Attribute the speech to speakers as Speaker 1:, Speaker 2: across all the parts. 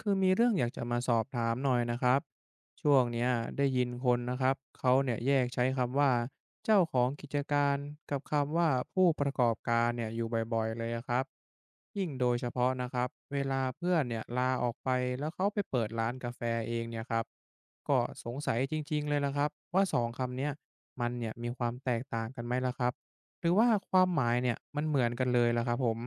Speaker 1: คือมีเรื่องอยากจะมาสอบถามหน่อยนะครับช่วงเนี้ยได้ยินคนนะครับเขาเนี่ยแยกใช้คำว่าเจ้าของกิจการกับคำว่าผู้ประกอบการเนี่ยอยู่บ่อยๆเลยอะครับยิ่งโดยเฉพาะนะครับเวลาเพื่อนเนี่ยลาออกไปแล้วเขาไปเปิดร้านกาแฟเองเนี่ยครับก็สงสัยจริงๆเลยละครับว่าสองคำเนี้ยมันเนี่ยมีความแตกต่างกันไหมล่ะครับหรือว่าความหมายเนี่ยมันเหมือนกันเลยล่ะครับผม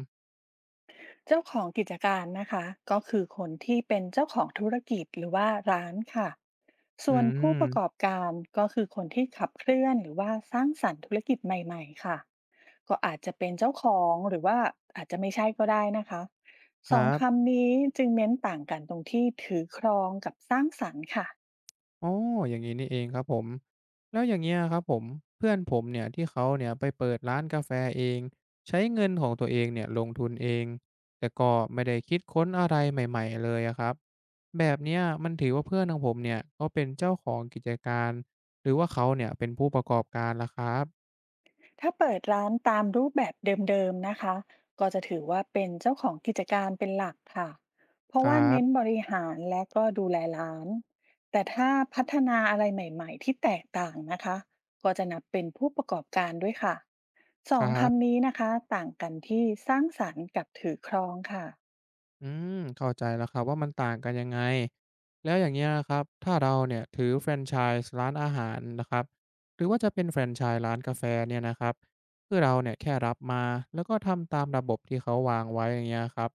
Speaker 2: เจ้าของกิจการนะคะก็คือคนที่เป็นเจ้าของธุรกิจหรือว่าร้านค่ะ
Speaker 1: อื
Speaker 2: ส่วนผู้ประกอบ
Speaker 1: ม
Speaker 2: การก็คือคนที่ขับเคลื่อนหรือว่าสร้างสรรค์ธุรกิจใหม่ๆค่ะก็อาจจะเป็นเจ้าของหรือว่าอาจจะไม่ใช่ก็ได้นะคะ
Speaker 1: ค
Speaker 2: สอง
Speaker 1: รับ
Speaker 2: คำนี้จึงเน้นต่างกันตรงที่ถือครองกับสร้างสรรค์ค่ะ
Speaker 1: อ๋ออย่างนี้นี่เองครับผม แล้วอย่างเงี้ยครับผม เพื่อนผมเนี่ยที่เขาเนี่ยไปเปิดร้านกาแฟเองใช้เงินของตัวเองเนี่ยลงทุนเอง แต่ก็ไม่ได้คิดค้นอะไรใหม่ๆเลยอะครับแบบเนี้ยมันถือว่าเพื่อนของผมเนี่ยเขาเป็นเจ้าของกิจการ หรือว่าเขาเนี่ยเป็นผู้ประกอบการล่ะครับ
Speaker 2: ถ้าเปิดร้านตามรูปแบบเดิมๆนะคะก็จะถือว่าเป็นเจ้าของกิจการเป็นหลักค่ะเพ
Speaker 1: ค
Speaker 2: ราะ
Speaker 1: รั
Speaker 2: ว่าเน้นบ
Speaker 1: บ
Speaker 2: ริหารและก็ดูแลร้านแต่ถ้าพัฒนาอะไรใหม่ๆที่แตกต่างนะคะก็จะนับเป็นผู้ประกอบการด้วยค่ะส
Speaker 1: ค
Speaker 2: อง
Speaker 1: รั
Speaker 2: คำ
Speaker 1: บ
Speaker 2: นี้นะคะต่างกันที่สร้างสรรค์กับถือครองค่ะ
Speaker 1: อืมเข้าใจแล้วครับว่ามันต่างกันยังไงแล้วอย่างเงี้ยครับถ้าเราเนี่ยถือแฟรนไชส์ร้านอาหารนะครับหรือว่าจะเป็นแฟรนไชส์ร้านกาแฟเนี่ยนะครับคือเราเนี่ยแค่รับมาแล้วก็ทำตามระบบที่เขาวางไว้อย่างเงี้ยครับ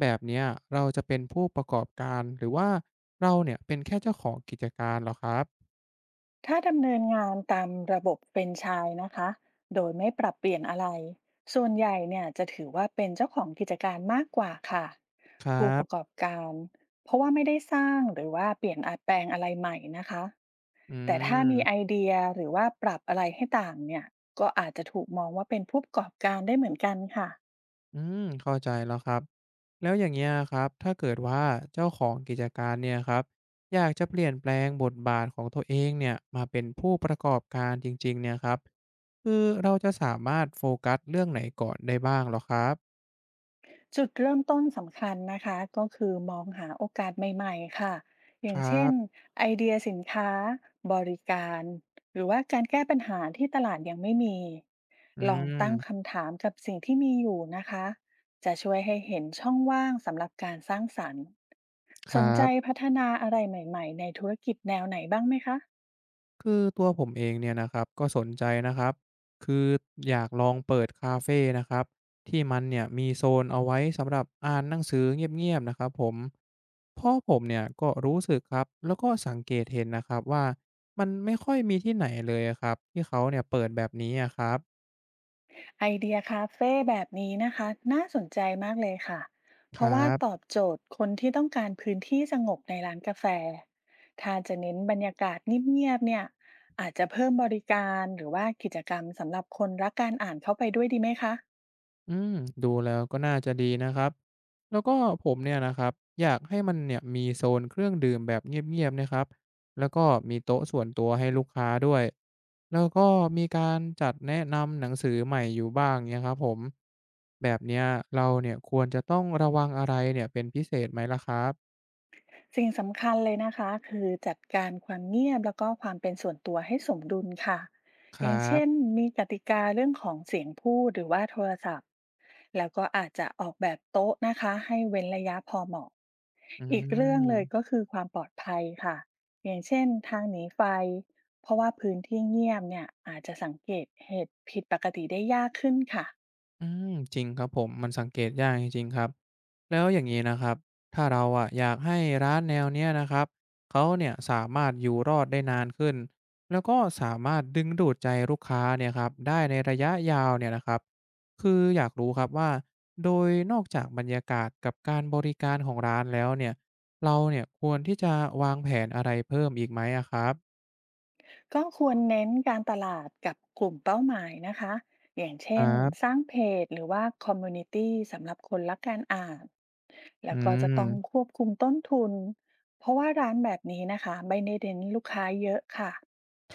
Speaker 1: แบบเนี้ยเราจะเป็นผู้ประกอบการหรือว่าเราเนี่ยเป็นแค่เจ้าของกิจการเหรอครับ
Speaker 2: ถ้าดำเนินงานตามระบบแฟรนไชส์นะคะโดยไม่ปรับเปลี่ยนอะไรส่วนใหญ่เนี่ยจะถือว่าเป็นเจ้าของกิจการมากกว่าค่ะ
Speaker 1: ครั
Speaker 2: ผู้ประก
Speaker 1: บ
Speaker 2: อบการเพราะว่าไม่ได้สร้างหรือว่าเปลี่ยนแปลงอะไรใหม่นะคะ
Speaker 1: อื
Speaker 2: แต่ถ้ามีไอ
Speaker 1: ม
Speaker 2: เดียหรือว่าปรับอะไรให้ต่างเนี่ยก็อาจจะถูกมองว่าเป็นผู้ประกอบการได้เหมือนกันค่ะ
Speaker 1: อืมเข้าใจแล้วครับแล้วอย่างเงี้ยครับถ้าเกิดว่าเจ้าของกิจการเนี่ยครับอยากจะเปลี่ยนแปลงบทบาทของตัวเองเนี่ยมาเป็นผู้ประกอบการจริงๆเนี่ยครับคือเราจะสามารถโฟกัสเรื่องไหนก่อนได้บ้างเหรอครับ
Speaker 2: จุดเริ่มต้นสำคัญนะคะก็คือมองหาโอกาสใหม่ๆค่ะอ
Speaker 1: ค
Speaker 2: ย่าง
Speaker 1: รั
Speaker 2: เช่น
Speaker 1: บ
Speaker 2: ไอเดียสินค้าบริการหรือว่าการแก้ปัญหาที่ตลาดยังไม่มี
Speaker 1: อื
Speaker 2: ลองตั้ง
Speaker 1: ม
Speaker 2: คำถามกับสิ่งที่มีอยู่นะคะจะช่วยให้เห็นช่องว่างสำหรับการสร้างสรรค์
Speaker 1: ค
Speaker 2: ส
Speaker 1: รั
Speaker 2: นใจ
Speaker 1: บ
Speaker 2: พัฒนาอะไรใหม่ๆในธุรกิจแนวไหนบ้างไหมคะ
Speaker 1: คือตัวผมเองเนี่ยนะครับก็สนใจนะครับคืออยากลองเปิดคาเฟ่นะครับที่มันเนี่ยมีโซนเอาไว้สำหรับอ่านหนังสือเงียบๆนะครับผมพ่อผมเนี่ยก็รู้สึกครับแล้วก็สังเกตเห็นนะครับว่ามันไม่ค่อยมีที่ไหนเลยอะครับที่เขาเนี่ยเปิดแบบนี้อะครับ
Speaker 2: ไอเดียคาเฟ่แบบนี้นะคะน่าสนใจมากเลยค่ะ
Speaker 1: ค
Speaker 2: เพ
Speaker 1: รั
Speaker 2: ราะว่าต
Speaker 1: บ
Speaker 2: อบโจทย์คนที่ต้องการพื้นที่สงบในร้านกาแฟถ้าจะเน้นบรรยากาศเงียบๆเนี่ยอาจจะเพิ่มบริการหรือว่ากิจกรรมสำหรับคนรักการอ่านเข้าไปด้วยดีไหมคะ
Speaker 1: อืมดูแล้วก็น่าจะดีนะครับแล้วก็ผมเนี่ยนะครับอยากให้มันเนี่ยมีโซนเครื่องดื่มแบบเงียบๆนะครับแล้วก็มีโต๊ะส่วนตัวให้ลูกค้าด้วยแล้วก็มีการจัดแนะนำหนังสือใหม่อยู่บ้างเนี่ยครับผมแบบเนี้ยเราเนี่ยควรจะต้องระวังอะไรเนี่ยเป็นพิเศษไหมล่ะครับ
Speaker 2: สิ่งสำคัญเลยนะคะคือจัดการความเงียบแล้วก็ความเป็นส่วนตัวให้สมดุลค่ะ
Speaker 1: ค
Speaker 2: อ
Speaker 1: รั
Speaker 2: ย่างเช่น
Speaker 1: บ
Speaker 2: มีกติกาเรื่องของเสียงพูดหรือว่าโทรศัพท์แล้วก็อาจจะออกแบบโต๊ะนะคะให้เว้นระยะพอเหมาะ
Speaker 1: อื
Speaker 2: อีกเรื่องเลยก็
Speaker 1: ม
Speaker 2: คือความปลอดภัยค่ะอย่างเช่นทางหนีไฟเพราะว่าพื้นที่เงียบเนี่ยอาจจะสังเกตเหตุผิดปกติได้ยากขึ้นค่ะ
Speaker 1: อืมจริงครับผมมันสังเกตยากจริงๆครับแล้วอย่างนี้นะครับถ้าเราอะอยากให้ร้านแนวเนี้ยนะครับเขาเนี่ยสามารถอยู่รอดได้นานขึ้นแล้วก็สามารถดึงดูดใจลูกค้าเนี่ยครับได้ในระยะยาวเนี่ยนะครับคืออยากรู้ครับว่าโดยนอกจากบรรยากาศกับการบริการของร้านแล้วเนี่ยเราเนี่ยควรที่จะวางแผนอะไรเพิ่มอีกไหมอะครับ
Speaker 2: ก็ควรเน้นการตลาดกับกลุ่มเป้าหมายนะคะอย่าง
Speaker 1: ค
Speaker 2: เช่
Speaker 1: รั
Speaker 2: นส
Speaker 1: บ
Speaker 2: ร้างเพจหรือว่าคอมมูนิตี้สำหรับคนรักการอ่านแล้
Speaker 1: อื
Speaker 2: วก็จะต้อง
Speaker 1: ม
Speaker 2: ควบคุมต้นทุนเพราะว่าร้านแบบนี้นะคะไม่ได้เน้นลูกค้าเยอะค่ะ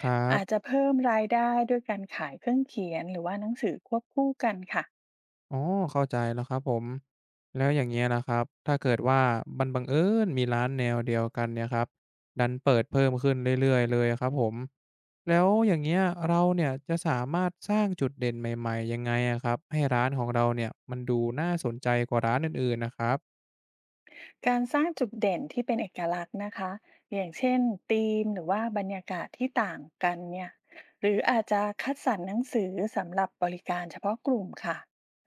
Speaker 1: ครั
Speaker 2: อาจจะ
Speaker 1: บ
Speaker 2: เพิ่มรายได้ด้วยการขายเครื่องเขียนหรือว่าหนังสือควบคู่กันค่ะ
Speaker 1: อ๋อเข้าใจแล้วครับผมแล้วอย่างเงี้ยนะครับถ้าเกิดว่ามันบังเอิญมีร้านแนวเดียวกันเนี่ยครับดันเปิดเพิ่มขึ้นเรื่อยๆเลยอะครับผมแล้วอย่างเงี้ยเราเนี่ยจะสามารถสร้างจุดเด่นใหม่ๆยังไงอะครับให้ร้านของเราเนี่ยมันดูน่าสนใจกว่าร้านอื่นๆนะครับ
Speaker 2: การสร้างจุดเด่นที่เป็นเอกลักษณ์นะคะ อย่างเช่นธีมหรือว่าบรรยากาศที่ต่างกันเนี่ยหรืออาจจะคัดสรรหนังสือสำหรับบริการเฉพาะกลุ่มค่ะ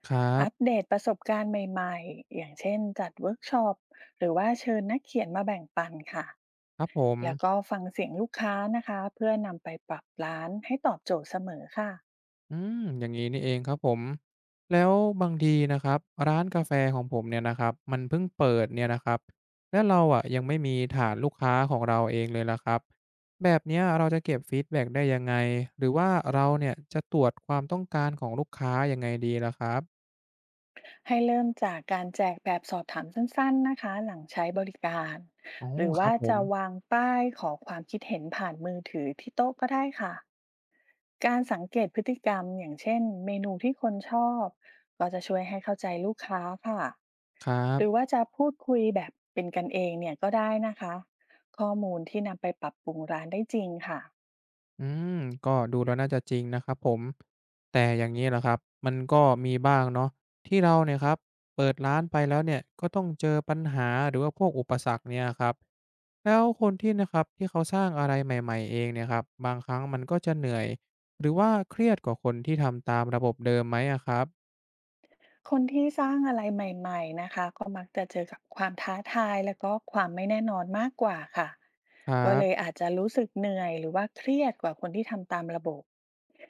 Speaker 1: ครั
Speaker 2: อัปเด
Speaker 1: บ
Speaker 2: ตประสบการณ์ใหม่ๆ อย่างเช่นจัดเวิร์กช็อปหรือว่าเชิญนักเขียนมาแบ่งปันค่ะ
Speaker 1: ครับผม
Speaker 2: แล้วก็ฟังเสียงลูกค้านะคะเพื่อนำไปปรับร้านให้ตอบโจทย์เสมอค่ะ
Speaker 1: อืมอย่างนี้นี่เองครับผมแล้วบางทีนะครับร้านกาแฟของผมเนี่ยนะครับมันเพิ่งเปิดเนี่ยนะครับและเราอ่ะยังไม่มีฐานลูกค้าของเราเองเลยละครับแบบเนี้ยเราจะเก็บฟีดแบ็กได้ยังไงหรือว่าเราเนี่ยจะตรวจความต้องการของลูกค้ายังไงดีล่ะครับ
Speaker 2: ให้เริ่มจากการแจกแบบสอบถามสั้นๆนะคะหลังใช้บริการ
Speaker 1: อ๋อ
Speaker 2: หรือ
Speaker 1: ครั
Speaker 2: ว่า
Speaker 1: บผม
Speaker 2: จะวางป้ายขอความคิดเห็นผ่านมือถือที่โต๊ะก็ได้ค่ะการสังเกตพฤติกรรมอย่างเช่นเมนูที่คนชอบก็จะช่วยให้เข้าใจลูกค้าค่ะ
Speaker 1: ครั
Speaker 2: หรือ
Speaker 1: บ
Speaker 2: ว่าจะพูดคุยแบบเป็นกันเองเนี่ยก็ได้นะคะข้อมูลที่นำไปปรับปรุงร้านได้จริงค่ะ
Speaker 1: อืมก็ดูแล้วน่าจะจริงนะครับผมแต่อย่างนี้ล่ะครับมันก็มีบ้างเนาะที่เราเนี่ยครับเปิดร้านไปแล้วเนี่ยก็ต้องเจอปัญหาหรือว่าพวกอุปสรรคเนี่ยครับแล้วคนที่นะครับที่เขาสร้างอะไรใหม่ๆเองเนี่ยครับบางครั้งมันก็จะเหนื่อยหรือว่าเครียดกว่าคนที่ทำตามระบบเดิมไหมอะครับ
Speaker 2: คนที่สร้างอะไรใหม่ๆนะคะก็มักจะเจอกับความท้าทายแล้วก็ความไม่แน่นอนมากกว่าค่ะ
Speaker 1: ครั
Speaker 2: ก็เลย
Speaker 1: บ
Speaker 2: อาจจะรู้สึกเหนื่อยหรือว่าเครียดกว่าคนที่ทำตามระบบ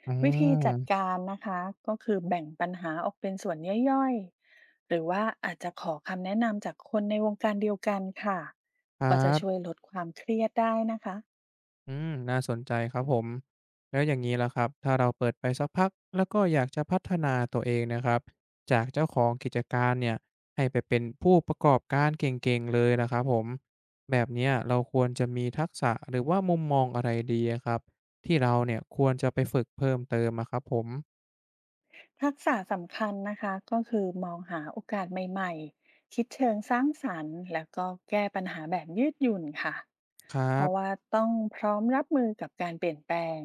Speaker 1: อ๋
Speaker 2: วิธีจัด
Speaker 1: อ
Speaker 2: การนะคะก็คือแบ่งปัญหาออกเป็นส่วนย่อยๆหรือว่าอาจจะขอคำแนะนำจากคนในวงการเดียวกันค่ะ
Speaker 1: ครั
Speaker 2: ก็จะช่ว
Speaker 1: บ
Speaker 2: ยลดความเครียดได้นะคะ
Speaker 1: อืมน่าสนใจครับผมแล้วอย่างนี้ล่ะครับถ้าเราเปิดไปสักพักแล้วก็อยากจะพัฒนาตัวเองนะครับจากเจ้าของกิจการเนี่ยให้ไปเป็นผู้ประกอบการเก่งๆเลยละครับผมแบบเนี้ยเราควรจะมีทักษะหรือว่ามุมมองอะไรดีอะครับที่เราเนี่ยควรจะไปฝึกเพิ่มเติมอะครับผม
Speaker 2: ทักษะสำคัญนะคะก็คือมองหาโอกาสใหม่ๆคิดเชิงสร้างสรรค์แล้วก็แก้ปัญหาแบบยืดหยุ่นค่ะ
Speaker 1: ครั
Speaker 2: เพราะว่า
Speaker 1: บ
Speaker 2: ต้องพร้อมรับมือกับการเปลี่ยนแปลง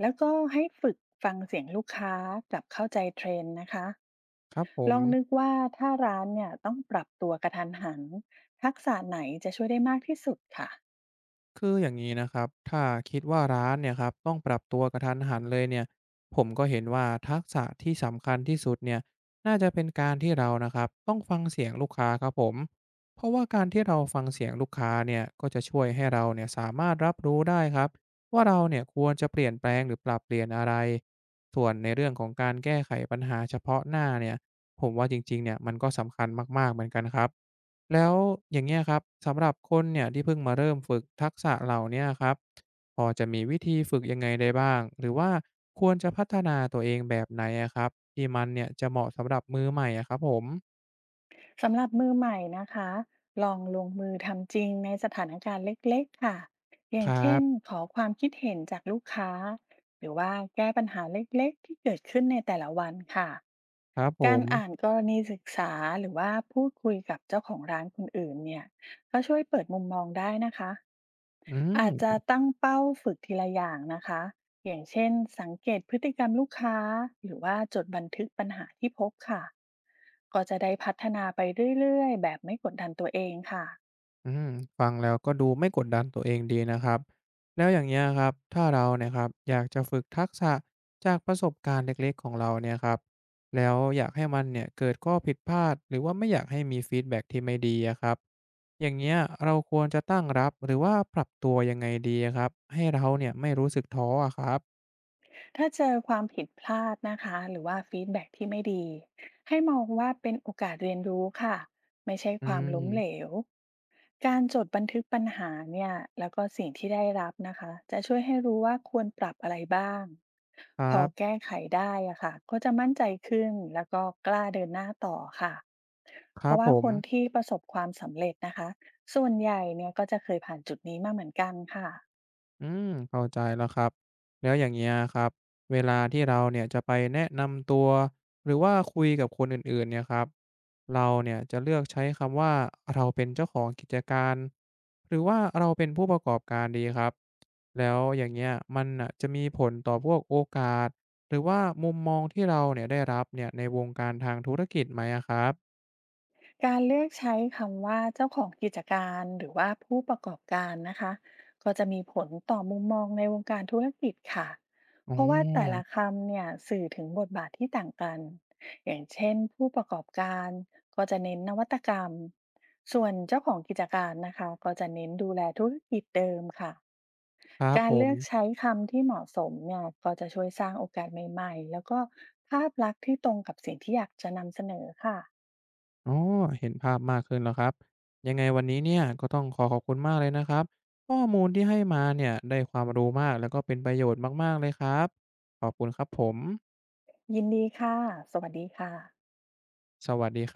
Speaker 2: แล้วก็ให้ฝึกฟังเสียงลูกค้ากับเข้าใจเทรนด์นะคะ
Speaker 1: ครับผ
Speaker 2: ล
Speaker 1: ม
Speaker 2: องนึกว่าถ้าร้านเนี่ยต้องปรับตัวกระทันหันทักษะไหนจะช่วยได้มากที่สุดค่ะ
Speaker 1: คืออย่างนี้นะครับ ถ้าคิดว่าร้านเนี่ยครับต้องปรับตัวกระทันหันเลยเนี่ยผมก็เห็นว่าทักษะที่สำคัญที่สุดเนี่ย น่าจะเป็นการที่เรานะครับต้องฟังเสียงลูกค้าครับผม เพราะว่าการที่เราฟังเสียงลูกค้าเนี่ยก็จะช่วยให้เราเนี่ยสามารถรับรู้ได้ครับว่าเราเนี่ยควรจะเปลี่ยนแปลงหรือปรับเปลี่ยนอะไร ส่วนในเรื่องของการแก้ไขปัญหาเฉพาะหน้าเนี่ยผมว่าจริงๆเนี่ยมันก็สำคัญมากๆเหมือนกันครับ แล้วอย่างเงี้ยครับสำหรับคนเนี่ยที่เพิ่งมาเริ่มฝึกทักษะเหล่าเนี้ยครับพอจะมีวิธีฝึกยังไงได้บ้างหรือว่าควรจะพัฒนาตัวเองแบบไหนอะครับที่มันเนี่ยจะเหมาะสำหรับมือใหม่อะครับผม
Speaker 2: สำหรับมือใหม่นะคะลองลงมือทำจริงในสถานการณ์เล็กๆค่ะอ
Speaker 1: ค
Speaker 2: ย่าง
Speaker 1: รั
Speaker 2: เช่น
Speaker 1: บ
Speaker 2: ขอความคิดเห็นจากลูกค้าหรือว่าแก้ปัญหาเล็กๆที่เกิดขึ้นในแต่ละวันค่ะ
Speaker 1: ครับผ
Speaker 2: การ
Speaker 1: ม
Speaker 2: อ่านกรณีศึกษาหรือว่าพูดคุยกับเจ้าของร้านคนอื่นเนี่ยก็ช่วยเปิดมุมมองได้นะคะ
Speaker 1: อื
Speaker 2: อาจจะ
Speaker 1: ม
Speaker 2: ตั้งเป้าฝึกทีละอย่างนะคะ อย่างเช่นสังเกตพฤติกรรมลูกค้าหรือว่าจดบันทึกปัญหาที่พบค่ะ ก็จะได้พัฒนาไปเรื่อยๆแบบไม่กดดันตัวเองค่ะ
Speaker 1: อืมฟังแล้วก็ดูไม่กดดันตัวเองดีนะครับแล้วอย่างเงี้ยครับถ้าเราเนี่ยครับอยากจะฝึกทักษะจากประสบการณ์เล็กๆของเราเนี่ยครับแล้วอยากให้มันเนี่ยเกิดข้อผิดพลาดหรือว่าไม่อยากให้มีฟีดแบ็กที่ไม่ดีอะครับอย่างเงี้ยเราควรจะตั้งรับหรือว่าปรับตัวยังไงดีอะครับให้เราเนี่ยไม่รู้สึกท้ออะครับ
Speaker 2: ถ้าเจอความผิดพลาดนะคะหรือว่าฟีดแบ็กที่ไม่ดีให้มองว่าเป็นโอกาสเรียนรู้ค่ะไม่ใช่
Speaker 1: อื
Speaker 2: ความล้มเหล
Speaker 1: ม
Speaker 2: วการจดบันทึกปัญหาเนี่ยแล้วก็สิ่งที่ได้รับนะคะจะช่วยให้รู้ว่าควรปรับอะไรบ้าง
Speaker 1: ค
Speaker 2: พ
Speaker 1: รั
Speaker 2: อ
Speaker 1: บ
Speaker 2: แก้ไขได้อะค่ะก็จะมั่นใจขึ้นแล้วก็กล้าเดินหน้าต่อค่ะ
Speaker 1: ค
Speaker 2: เพ
Speaker 1: รั
Speaker 2: ราะ
Speaker 1: บ
Speaker 2: ว่า
Speaker 1: ผ
Speaker 2: ค
Speaker 1: ม
Speaker 2: นที่ประสบความสำเร็จนะคะส่วนใหญ่เนี่ยก็จะเคยผ่านจุดนี้มาเหมือนกันค่ะ
Speaker 1: อืมเข้าใจแล้วครับแล้วอย่างเงี้ยครับเวลาที่เราเนี่ยจะไปแนะนำตัวหรือว่าคุยกับคนอื่นๆเนี่ยครับเราเนี่ยจะเลือกใช้คำว่าเราเป็นเจ้าของกิจการหรือว่าเราเป็นผู้ประกอบการดีครับแล้วอย่างเงี้ยมันน่ะจะมีผลต่อพวกโอกาสหรือว่ามุมมองที่เราเนี่ยได้รับเนี่ยในวงการทางธุรกิจไหมอะครับ
Speaker 2: การเลือกใช้คำว่าเจ้าของกิจการหรือว่าผู้ประกอบการนะคะก็จะมีผลต่อมุมมองในวงการธุรกิจค่ะ
Speaker 1: อ๋
Speaker 2: เพราะว่าแต่
Speaker 1: อ
Speaker 2: ละคำเนี่ยสื่อถึงบทบาทที่ต่างกันอย่างเช่นผู้ประกอบการก็จะเน้นนวัตกรรมส่วนเจ้าของกิจการนะคะก็จะเน้นดูแลธุรกิจเดิมค่ะ
Speaker 1: ครับ
Speaker 2: กา
Speaker 1: ผ
Speaker 2: ร
Speaker 1: ม
Speaker 2: เลือกใช้คำที่เหมาะสมเนี่ยก็จะช่วยสร้างโอกาสใหม่ๆแล้วก็ภาพลักษณ์ที่ตรงกับสิ่งที่อยากจะนำเสนอค่ะ
Speaker 1: อ๋อเห็นภาพมากขึ้นแล้วครับ ยังไงวันนี้เนี่ยก็ต้องขอขอบคุณมากเลยนะครับข้อมูลที่ให้มาเนี่ยได้ความรู้มากแล้วก็เป็นประโยชน์มากๆเลยครับขอบคุณครับผม
Speaker 2: ยินดีค่ะ สวัสดีค่ะ
Speaker 1: สวัสดี